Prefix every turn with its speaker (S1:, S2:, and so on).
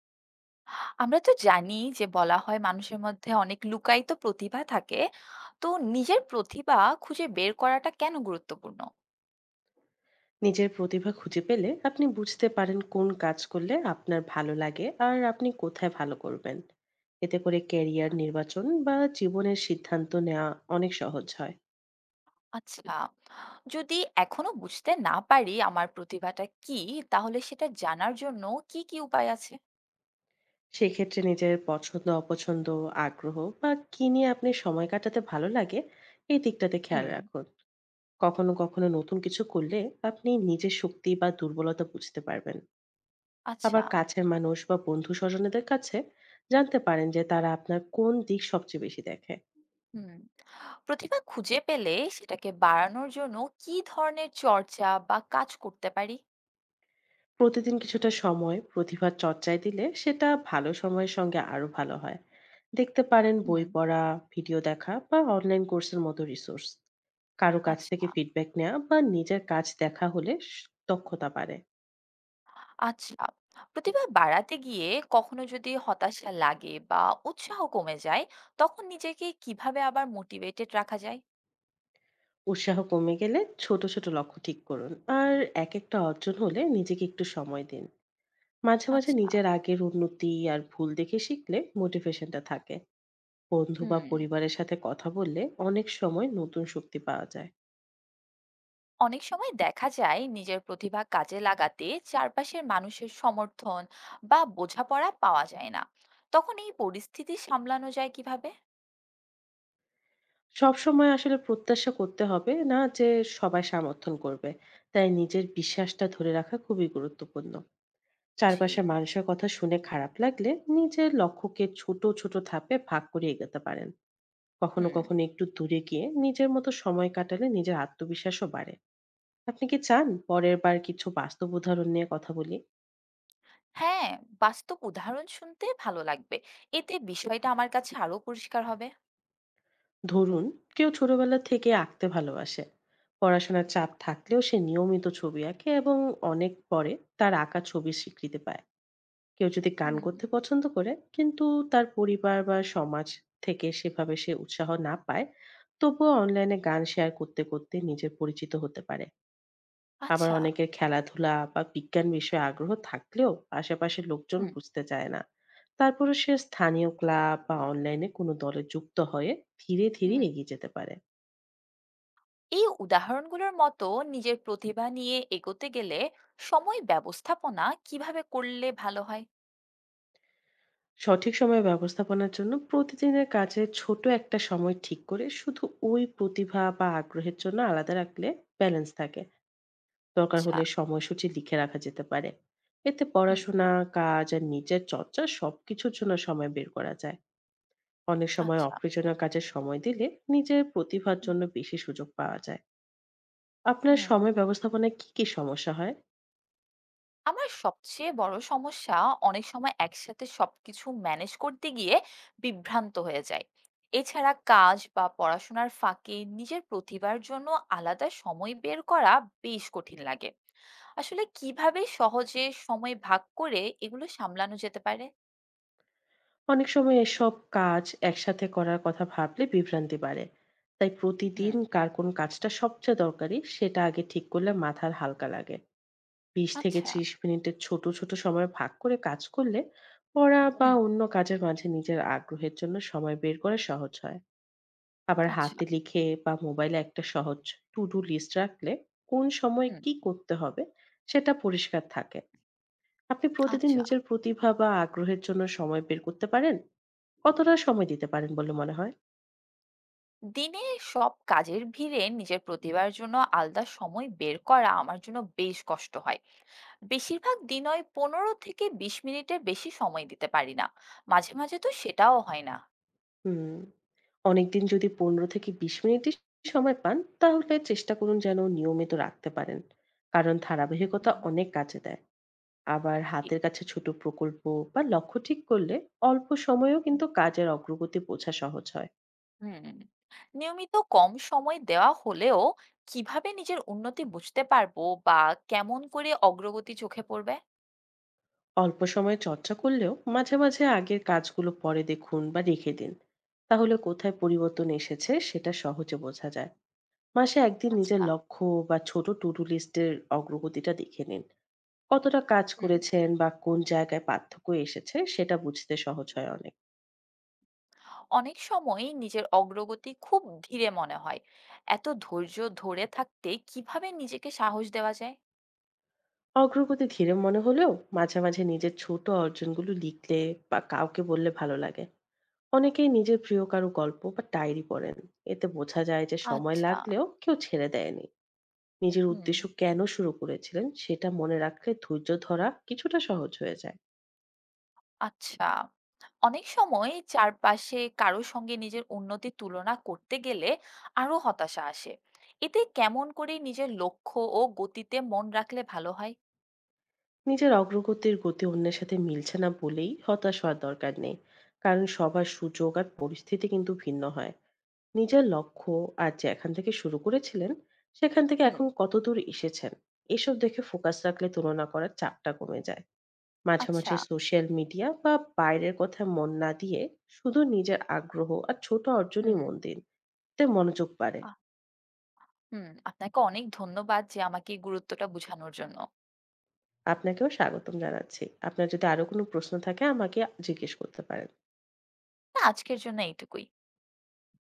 S1: আমরা তো জানি যে বলা হয় মানুষের মধ্যে অনেক লুকায়িত প্রতিভা থাকে। তো নিজের প্রতিভা খুঁজে বের করাটা কেন গুরুত্বপূর্ণ?
S2: নিজের প্রতিভা খুঁজে পেলে আপনি বুঝতে পারেন কোন কাজ করলে আপনার ভালো লাগে আর আপনি কোথায় ভালো করবেন। এতে করে ক্যারিয়ার নির্বাচন বা জীবনের সিদ্ধান্ত নেওয়া অনেক সহজ হয়।
S1: আচ্ছা, যদি এখনো বুঝতে না পারি আমার প্রতিভাটা কী, তাহলে সেটা জানার জন্য কী উপায় আছে?
S2: সেক্ষেত্রে নিজের পছন্দ অপছন্দ, আগ্রহ বা কি নিয়ে আপনি সময় কাটাতে ভালো লাগে এই দিকটাতে খেয়াল
S1: হুম।
S2: রাখুন। কখনো কখনো নতুন কিছু করলে আপনি নিজের শক্তি বা দুর্বলতা বুঝতে পারবেন।
S1: আচ্ছা,
S2: আবার কাছের মানুষ বা বন্ধু স্বজনেদের কাছে জানতে পারেন যে তারা আপনার কোন দিক সবচেয়ে বেশি দেখে।
S1: হুম। প্রতিভা খুঁজে পেলে সেটাকে বাড়ানোর জন্য কী ধরনের চর্চা বা কাজ করতে পারি?
S2: প্রতিদিন কিছুটা সময় প্রতিভার চর্চায় দিলে সেটা ভালো সময়ের সঙ্গে আরো ভালো হয়। দেখতে পারেন
S1: হুম।
S2: বই পড়া, ভিডিও দেখা বা অনলাইন কোর্সের মতো রিসোর্স, কারো কাছ
S1: আচ্ছা।
S2: থেকে ফিডব্যাক নেওয়া বা নিজের কাজ দেখা হলে দক্ষতা বাড়ে।
S1: আচ্ছা, প্রতিভা বাড়াতে গিয়ে কখনো যদি হতাশা লাগে বা উৎসাহ কমে যায়, তখন নিজেকে কিভাবে আবার মোটিভেটেড রাখা যায়?
S2: উৎসাহ কমে গেলে ছোট ছোট লক্ষ্য ঠিক করুন। আর এক একটা অর্জন হলে নিজেকে একটু সময় দিন। মাঝে মাঝে
S1: আচ্ছা,
S2: নিজের আগের উন্নতি আর ভুল দেখে শিখলে মোটিভেশনটা থাকে। বন্ধু বা
S1: হুম।
S2: পরিবারের সাথে কথা বললে অনেক সময় নতুন শক্তি পাওয়া যায়।
S1: অনেক সময় দেখা যায় নিজের প্রতিভা কাজে লাগাতে চারপাশের মানুষের সমর্থন বা বোঝাপড়া পাওয়া যায় না। তখন এই পরিস্থিতি সামলানো যায় কিভাবে?
S2: সবসময় আসলে প্রত্যাশা করতে হবে না যে সবাই সমর্থন করবে। তাই নিজের বিশ্বাসটা ধরে রাখা খুবই গুরুত্বপূর্ণ।
S1: জি,
S2: চারপাশের মানুষের কথা শুনে খারাপ লাগলে নিজের লক্ষ্যকে ছোট, ছোট ধাপে ভাগ করে এগোতে পারেন। কখনো,
S1: হুম।
S2: কখনো একটু দূরে গিয়ে নিজের মতো সময় কাটালে নিজের আত্মবিশ্বাসও বাড়ে। আপনি কি চান পরের বার কিছু বাস্তব উদাহরণ নিয়ে কথা বলি?
S1: হ্যাঁ, বাস্তব উদাহরণ শুনতে ভালো লাগবে। এতে বিষয়টা আমার কাছে আরো পরিষ্কার হবে।
S2: ধরুন, কেউ ছোটবেলা থেকে আঁকতে ভালোবাসে। পড়াশোনার চাপ থাকলেও সে নিয়মিত ছবি আঁকে এবং অনেক পরে তার আঁকা ছবির স্বীকৃতি পায়। কেউ যদি গান
S1: হুম,
S2: করতে পছন্দ করে কিন্তু তার পরিবার বা সমাজ থেকে সেভাবে সে উৎসাহ না পায়, তবুও অনলাইনে গান শেয়ার করতে করতে নিজের পরিচিত হতে পারে। আবার
S1: আচ্ছা,
S2: অনেকের খেলাধুলা বা বিজ্ঞান বিষয়ে আগ্রহ থাকলেও আশেপাশের লোকজন
S1: হুম,
S2: বুঝতে চায় না। তারপরে সে স্থানীয় ক্লাব বা অনলাইনে কোনো দলে যুক্ত হয়ে ধীরে ধীরে
S1: হুম।
S2: এগিয়ে যেতে পারে।
S1: এই উদাহরণগুলোর মতো নিজের প্রতিভা নিয়ে এগোতে গেলে সময় ব্যবস্থাপনা কিভাবে করলে ভালো হয়?
S2: সঠিক সময় ব্যবস্থাপনার জন্য প্রতিদিনের কাজে ছোট একটা সময় ঠিক করে শুধু ওই প্রতিভা বা আগ্রহের জন্য আলাদা রাখলে ব্যালেন্স থাকে। দরকার
S1: আচ্ছা,
S2: হলে সময়সূচি লিখে রাখা যেতে পারে। এতে
S1: হুম,
S2: পড়াশোনা, কাজ আর নিজের চর্চা সবকিছুর জন্য সময় বের করা যায়। অনেক সময়
S1: আচ্ছা,
S2: অপ্রয়োজনীয় কাজে সময় দিলে নিজের প্রতিভার
S1: হুম,
S2: জন্য বেশি সুযোগ পাওয়া যায়। আপনার
S1: হুম।
S2: সময় ব্যবস্থাপনায় কি, কি সমস্যা হয়?
S1: আমার সবচেয়ে বড় সমস্যা, অনেক সময় একসাথে সবকিছু ম্যানেজ করতে গিয়ে বিভ্রান্ত হয়ে যায়। এছাড়া কাজ বা পড়াশোনার ফাঁকে নিজের প্রতিভার জন্য আলাদা সময় বের করা বেশ কঠিন লাগে। আসলে কিভাবে সহজে সময় ভাগ করে এগুলো সামলানো যেতে পারে?
S2: অনেক সময় এসব কাজ একসাথে করার কথা ভাবলে বিভ্রান্তি বাড়ে। তাই প্রতিদিন
S1: হুম,
S2: কার কোন কাজটা সবচেয়ে দরকারি সেটা আগে ঠিক করলে মাথার হালকা লাগে। ২০ থেকে
S1: আচ্ছা,
S2: ৩০ মিনিটের ছোট, ছোট সময় ভাগ করে কাজ করলে পড়া বা
S1: হুম,
S2: অন্য কাজের মাঝে নিজের আগ্রহের জন্য সময় বের করা সহজ হয়। আবার
S1: আচ্ছা,
S2: হাতে লিখে বা মোবাইলে একটা সহজ টু ডু লিস্ট রাখলে কোন সময়
S1: হুম,
S2: কি করতে হবে সেটা পরিষ্কার থাকে। আপনি প্রতিদিন
S1: আচ্ছা।
S2: নিজের প্রতিভা বা আগ্রহের জন্য সময় বের করতে পারেন? কতটা সময় দিতে পারেন বলে মনে হয়?
S1: দিনে সব কাজের ভিড়ে নিজের প্রতিভার জন্য আলাদা সময় বের করা আমার জন্য বেশ কষ্ট হয়। বেশিরভাগ দিনই ১৫ থেকে ২০ মিনিটের বেশি সময় দিতে পারি না। মাঝে মাঝে তো সেটাও হয় না।
S2: হুম। অনেকদিন যদি ১৫ থেকে ২০ মিনিটই সময় পান, তাহলে চেষ্টা করুন যেন নিয়মিত রাখতে পারেন। কারণ ধারাবাহিকতা
S1: হুম।
S2: অনেক কাজে দেয়। আবার
S1: ঠিক।
S2: হাতের কাছে ছোট প্রকল্প বা লক্ষ্য ঠিক করলে অল্প সময়েও কিন্তু কাজের অগ্রগতি বোঝা সহজ হয়।
S1: হুম, হুম। নিয়মিত কম সময় দেওয়া হলেও কিভাবে নিজের উন্নতি বুঝতে পারবো বা কেমন করে অগ্রগতি চোখে পড়বে?
S2: অল্প সময়ে চর্চা করলেও মাঝে মাঝে আগের কাজগুলো পরে দেখুন বা রেখে দিন। তাহলে কোথায় পরিবর্তন এসেছে সেটা সহজে বোঝা যায়। মাসে একদিন নিজের
S1: আচ্ছা।
S2: লক্ষ্য বা ছোট টু-ডু লিস্টের অগ্রগতিটা দেখে নিন। কতটা কাজ
S1: হুম।
S2: করেছেন বা কোন জায়গায় পার্থক্য এসেছে সেটা বুঝতে সহজ হয় অনেক।
S1: অনেক সময়ই নিজের অগ্রগতি খুব ধীরে মনে হয়। এত ধৈর্য ধরে থাকতে কিভাবে নিজেকে সাহস দেওয়া যায়?
S2: অগ্রগতি ধীরে মনে হলেও মাঝে মাঝে নিজের ছোট অর্জনগুলো লিখলে বা কাউকে বললে ভালো লাগে। অনেকেই নিজের প্রিয় কারো গল্প বা ডায়েরি পড়েন। এতে বোঝা যায় যে সময়
S1: আচ্ছা,
S2: লাগলেও কেউ ছেড়ে দেয়নি। নিজের
S1: হুম,
S2: উদ্দেশ্য কেন শুরু করেছিলেন সেটা মনে রাখলে ধৈর্য ধরা কিছুটা সহজ হয়ে যায়।
S1: আচ্ছা। অনেক সময় চারপাশে কারো সঙ্গে নিজের উন্নতি তুলনা করতে গেলে আরো হতাশা আসে। এতে কেমন করে নিজের লক্ষ্য ও গতিতে মন রাখলে ভালো হয়?
S2: নিজের অগ্রগতির গতি অন্যের সাথে মিলছে না বলেই হতাশ হওয়ার দরকার নেই। কারণ সবার সুযোগ আর পরিস্থিতি কিন্তু ভিন্ন হয়। নিজের লক্ষ্য আর যেখান থেকে শুরু করেছিলেন, সেখান থেকে
S1: হুম,
S2: এখন কতদূর এসেছেন, এসব দেখে ফোকাস রাখলে তুলনা করার চাপটা কমে যায়। মাঝে,
S1: আচ্ছা,
S2: মাঝে সোশ্যাল মিডিয়া বা বাইরের কথায় মন না দিয়ে শুধু নিজের আগ্রহ আর ছোট অর্জনই
S1: হুম,
S2: মন দিন। এতে মনোযোগ বাড়ে।
S1: আ হুম, আপনাকে অনেক ধন্যবাদ যে আমাকে এই গুরুত্বটা বুঝানোর জন্য।
S2: আপনাকেও স্বাগতম জানাচ্ছি। আপনার যদি আরো কোনো প্রশ্ন থাকে আমাকে জিজ্ঞেস করতে পারেন।
S1: না, আজকের জন্য এইটুকুই।